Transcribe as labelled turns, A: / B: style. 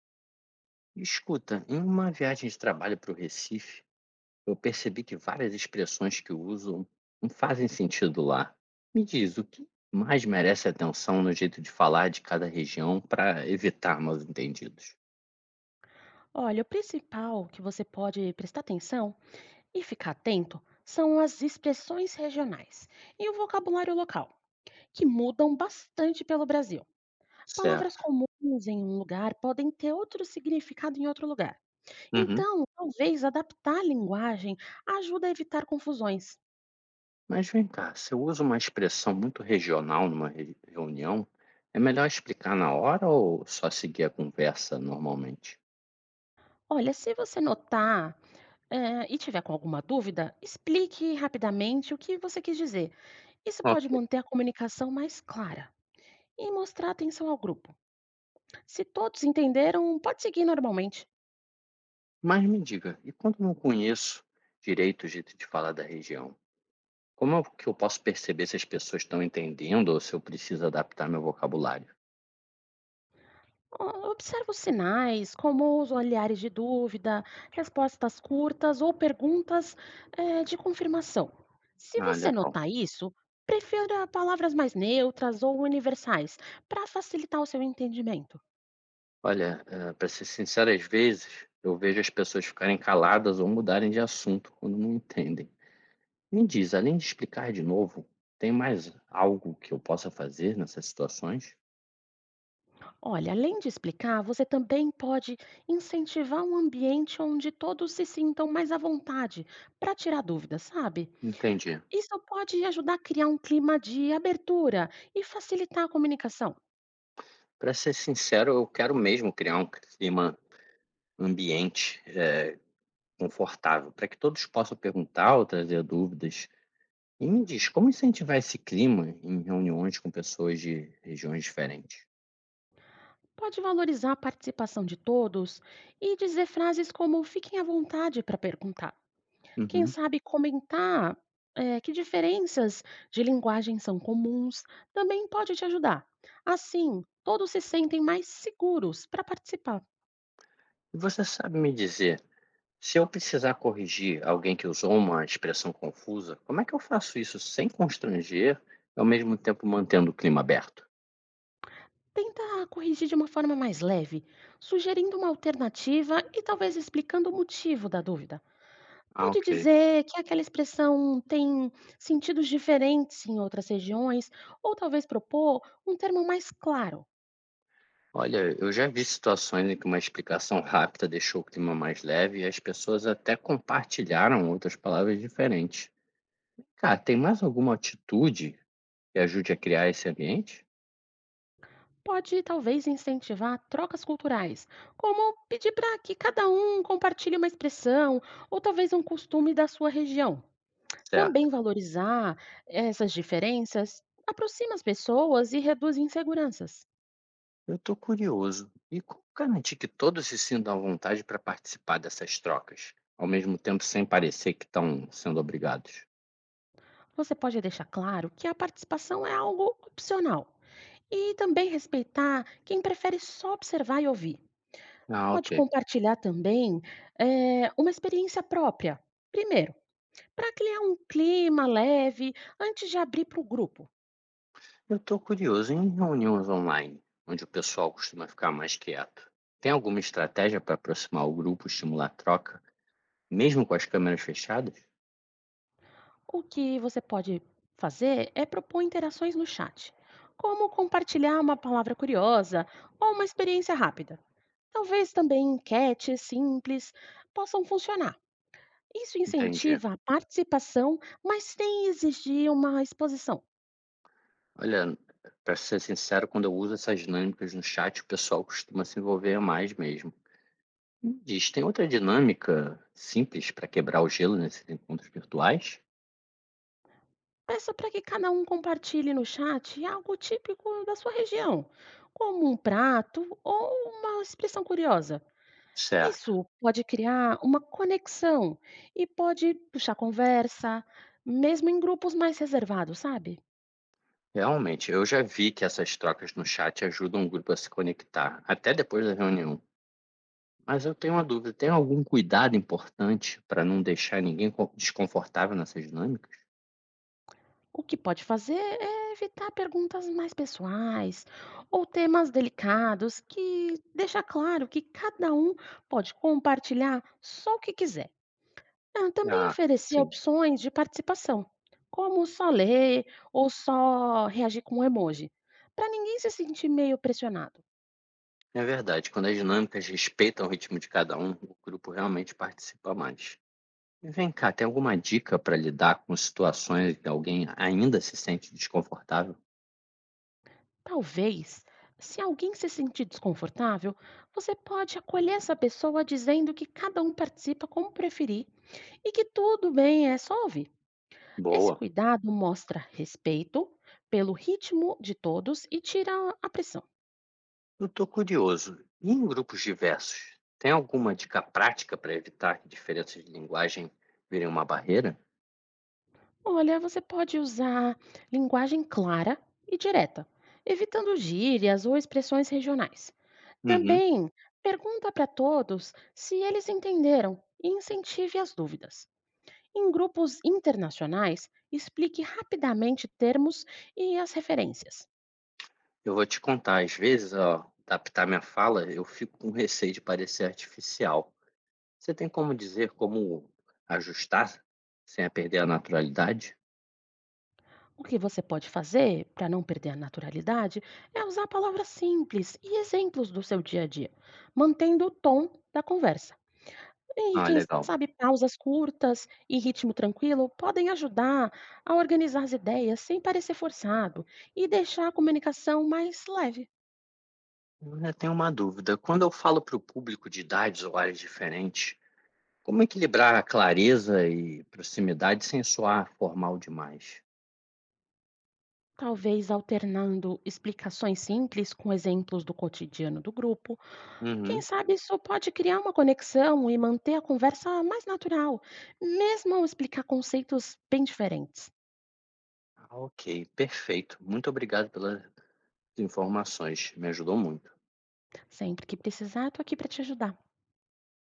A: Escuta, em uma viagem de trabalho para o Recife, eu percebi que várias expressões que usam não fazem sentido lá. Me diz, o que mais merece atenção no jeito de falar de cada região para evitar mal-entendidos?
B: Olha, o principal que você pode prestar atenção e ficar atento são as expressões regionais e o vocabulário local, que mudam bastante pelo Brasil. Palavras
A: Certo.
B: comuns em um lugar podem ter outro significado em outro lugar.
A: Uhum.
B: Então, talvez adaptar a linguagem ajuda a evitar confusões.
A: Mas vem cá, se eu uso uma expressão muito regional numa reunião, é melhor explicar na hora ou só seguir a conversa normalmente?
B: Olha, se você notar, e tiver com alguma dúvida, explique rapidamente o que você quis dizer. Isso
A: Ok.
B: pode manter a comunicação mais clara e mostrar atenção ao grupo. Se todos entenderam, pode seguir normalmente.
A: Mas me diga, e quando eu não conheço direito o jeito de falar da região? Como é que eu posso perceber se as pessoas estão entendendo ou se eu preciso adaptar meu vocabulário?
B: Observa os sinais, como os olhares de dúvida, respostas curtas ou perguntas de confirmação. Se
A: Ah,
B: você
A: legal.
B: notar isso, prefira palavras mais neutras ou universais para facilitar o seu entendimento.
A: Olha, para ser sincero, às vezes eu vejo as pessoas ficarem caladas ou mudarem de assunto quando não entendem. Me diz, além de explicar de novo, tem mais algo que eu possa fazer nessas situações?
B: Olha, além de explicar, você também pode incentivar um ambiente onde todos se sintam mais à vontade para tirar dúvidas, sabe?
A: Entendi.
B: Isso pode ajudar a criar um clima de abertura e facilitar a comunicação.
A: Para ser sincero, eu quero mesmo criar um clima ambiente confortável, para que todos possam perguntar ou trazer dúvidas. E me diz, como incentivar esse clima em reuniões com pessoas de regiões diferentes?
B: Pode valorizar a participação de todos e dizer frases como fiquem à vontade para perguntar. Quem
A: Uhum.
B: sabe comentar que diferenças de linguagem são comuns também pode te ajudar. Assim, todos se sentem mais seguros para participar.
A: E você sabe me dizer, se eu precisar corrigir alguém que usou uma expressão confusa, como é que eu faço isso sem constranger e ao mesmo tempo mantendo o clima aberto?
B: Tenta corrigir de uma forma mais leve, sugerindo uma alternativa e talvez explicando o motivo da dúvida.
A: Ah,
B: Pode
A: ok.
B: dizer que aquela expressão tem sentidos diferentes em outras regiões, ou talvez propor um termo mais claro.
A: Olha, eu já vi situações em que uma explicação rápida deixou o clima mais leve e as pessoas até compartilharam outras palavras diferentes. Cara, tem mais alguma atitude que ajude a criar esse ambiente?
B: Pode talvez incentivar trocas culturais, como pedir para que cada um compartilhe uma expressão ou talvez um costume da sua região. Também
A: Certo.
B: valorizar essas diferenças aproxima as pessoas e reduz inseguranças.
A: Eu estou curioso. E como garantir que todos se sintam à vontade para participar dessas trocas, ao mesmo tempo sem parecer que estão sendo obrigados?
B: Você pode deixar claro que a participação é algo opcional e também respeitar quem prefere só observar e ouvir.
A: Ah,
B: Pode
A: ok.
B: compartilhar também, uma experiência própria, primeiro, para criar um clima leve antes de abrir para o grupo.
A: Eu estou curioso em reuniões online, onde o pessoal costuma ficar mais quieto. Tem alguma estratégia para aproximar o grupo, estimular a troca, mesmo com as câmeras fechadas?
B: O que você pode fazer é propor interações no chat, como compartilhar uma palavra curiosa ou uma experiência rápida. Talvez também enquetes simples possam funcionar. Isso
A: Entendi.
B: incentiva a participação, mas sem exigir uma exposição.
A: Olha, para ser sincero, quando eu uso essas dinâmicas no chat, o pessoal costuma se envolver mais mesmo. Diz, tem outra dinâmica simples para quebrar o gelo nesses encontros virtuais?
B: Peça para que cada um compartilhe no chat algo típico da sua região, como um prato ou uma expressão curiosa.
A: Certo.
B: Isso pode criar uma conexão e pode puxar conversa, mesmo em grupos mais reservados, sabe?
A: Realmente, eu já vi que essas trocas no chat ajudam o grupo a se conectar, até depois da reunião. Mas eu tenho uma dúvida: tem algum cuidado importante para não deixar ninguém desconfortável nessas dinâmicas?
B: O que pode fazer é evitar perguntas mais pessoais ou temas delicados que deixa claro que cada um pode compartilhar só o que quiser. Ah, também
A: Ah,
B: oferecer
A: sim.
B: opções de participação, como só ler ou só reagir com um emoji, para ninguém se sentir meio pressionado.
A: É verdade, quando as dinâmicas respeitam o ritmo de cada um, o grupo realmente participa mais. E vem cá, tem alguma dica para lidar com situações em que alguém ainda se sente desconfortável?
B: Talvez, se alguém se sentir desconfortável, você pode acolher essa pessoa dizendo que cada um participa como preferir e que tudo bem, é só ouvir. Esse
A: Boa.
B: cuidado mostra respeito pelo ritmo de todos e tira a pressão.
A: Eu estou curioso. E em grupos diversos, tem alguma dica prática para evitar que diferenças de linguagem virem uma barreira?
B: Olha, você pode usar linguagem clara e direta, evitando gírias ou expressões regionais.
A: Uhum.
B: Também pergunta para todos se eles entenderam e incentive as dúvidas. Em grupos internacionais, explique rapidamente termos e as referências.
A: Eu vou te contar, às vezes, ó, adaptar minha fala, eu fico com receio de parecer artificial. Você tem como dizer como ajustar sem a perder a naturalidade?
B: O que você pode fazer para não perder a naturalidade é usar palavras simples e exemplos do seu dia a dia, mantendo o tom da conversa. E
A: Ah,
B: quem
A: legal.
B: sabe pausas curtas e ritmo tranquilo podem ajudar a organizar as ideias sem parecer forçado e deixar a comunicação mais leve,
A: Eu tenho uma dúvida. Quando eu falo para o público de idades ou áreas diferentes, como equilibrar a clareza e proximidade sem soar formal demais?
B: talvez alternando explicações simples com exemplos do cotidiano do grupo. Quem
A: Uhum.
B: sabe isso pode criar uma conexão e manter a conversa mais natural, mesmo ao explicar conceitos bem diferentes.
A: Ah, ok, perfeito. Muito obrigado pelas informações, me ajudou muito.
B: Sempre que precisar, estou aqui para te ajudar.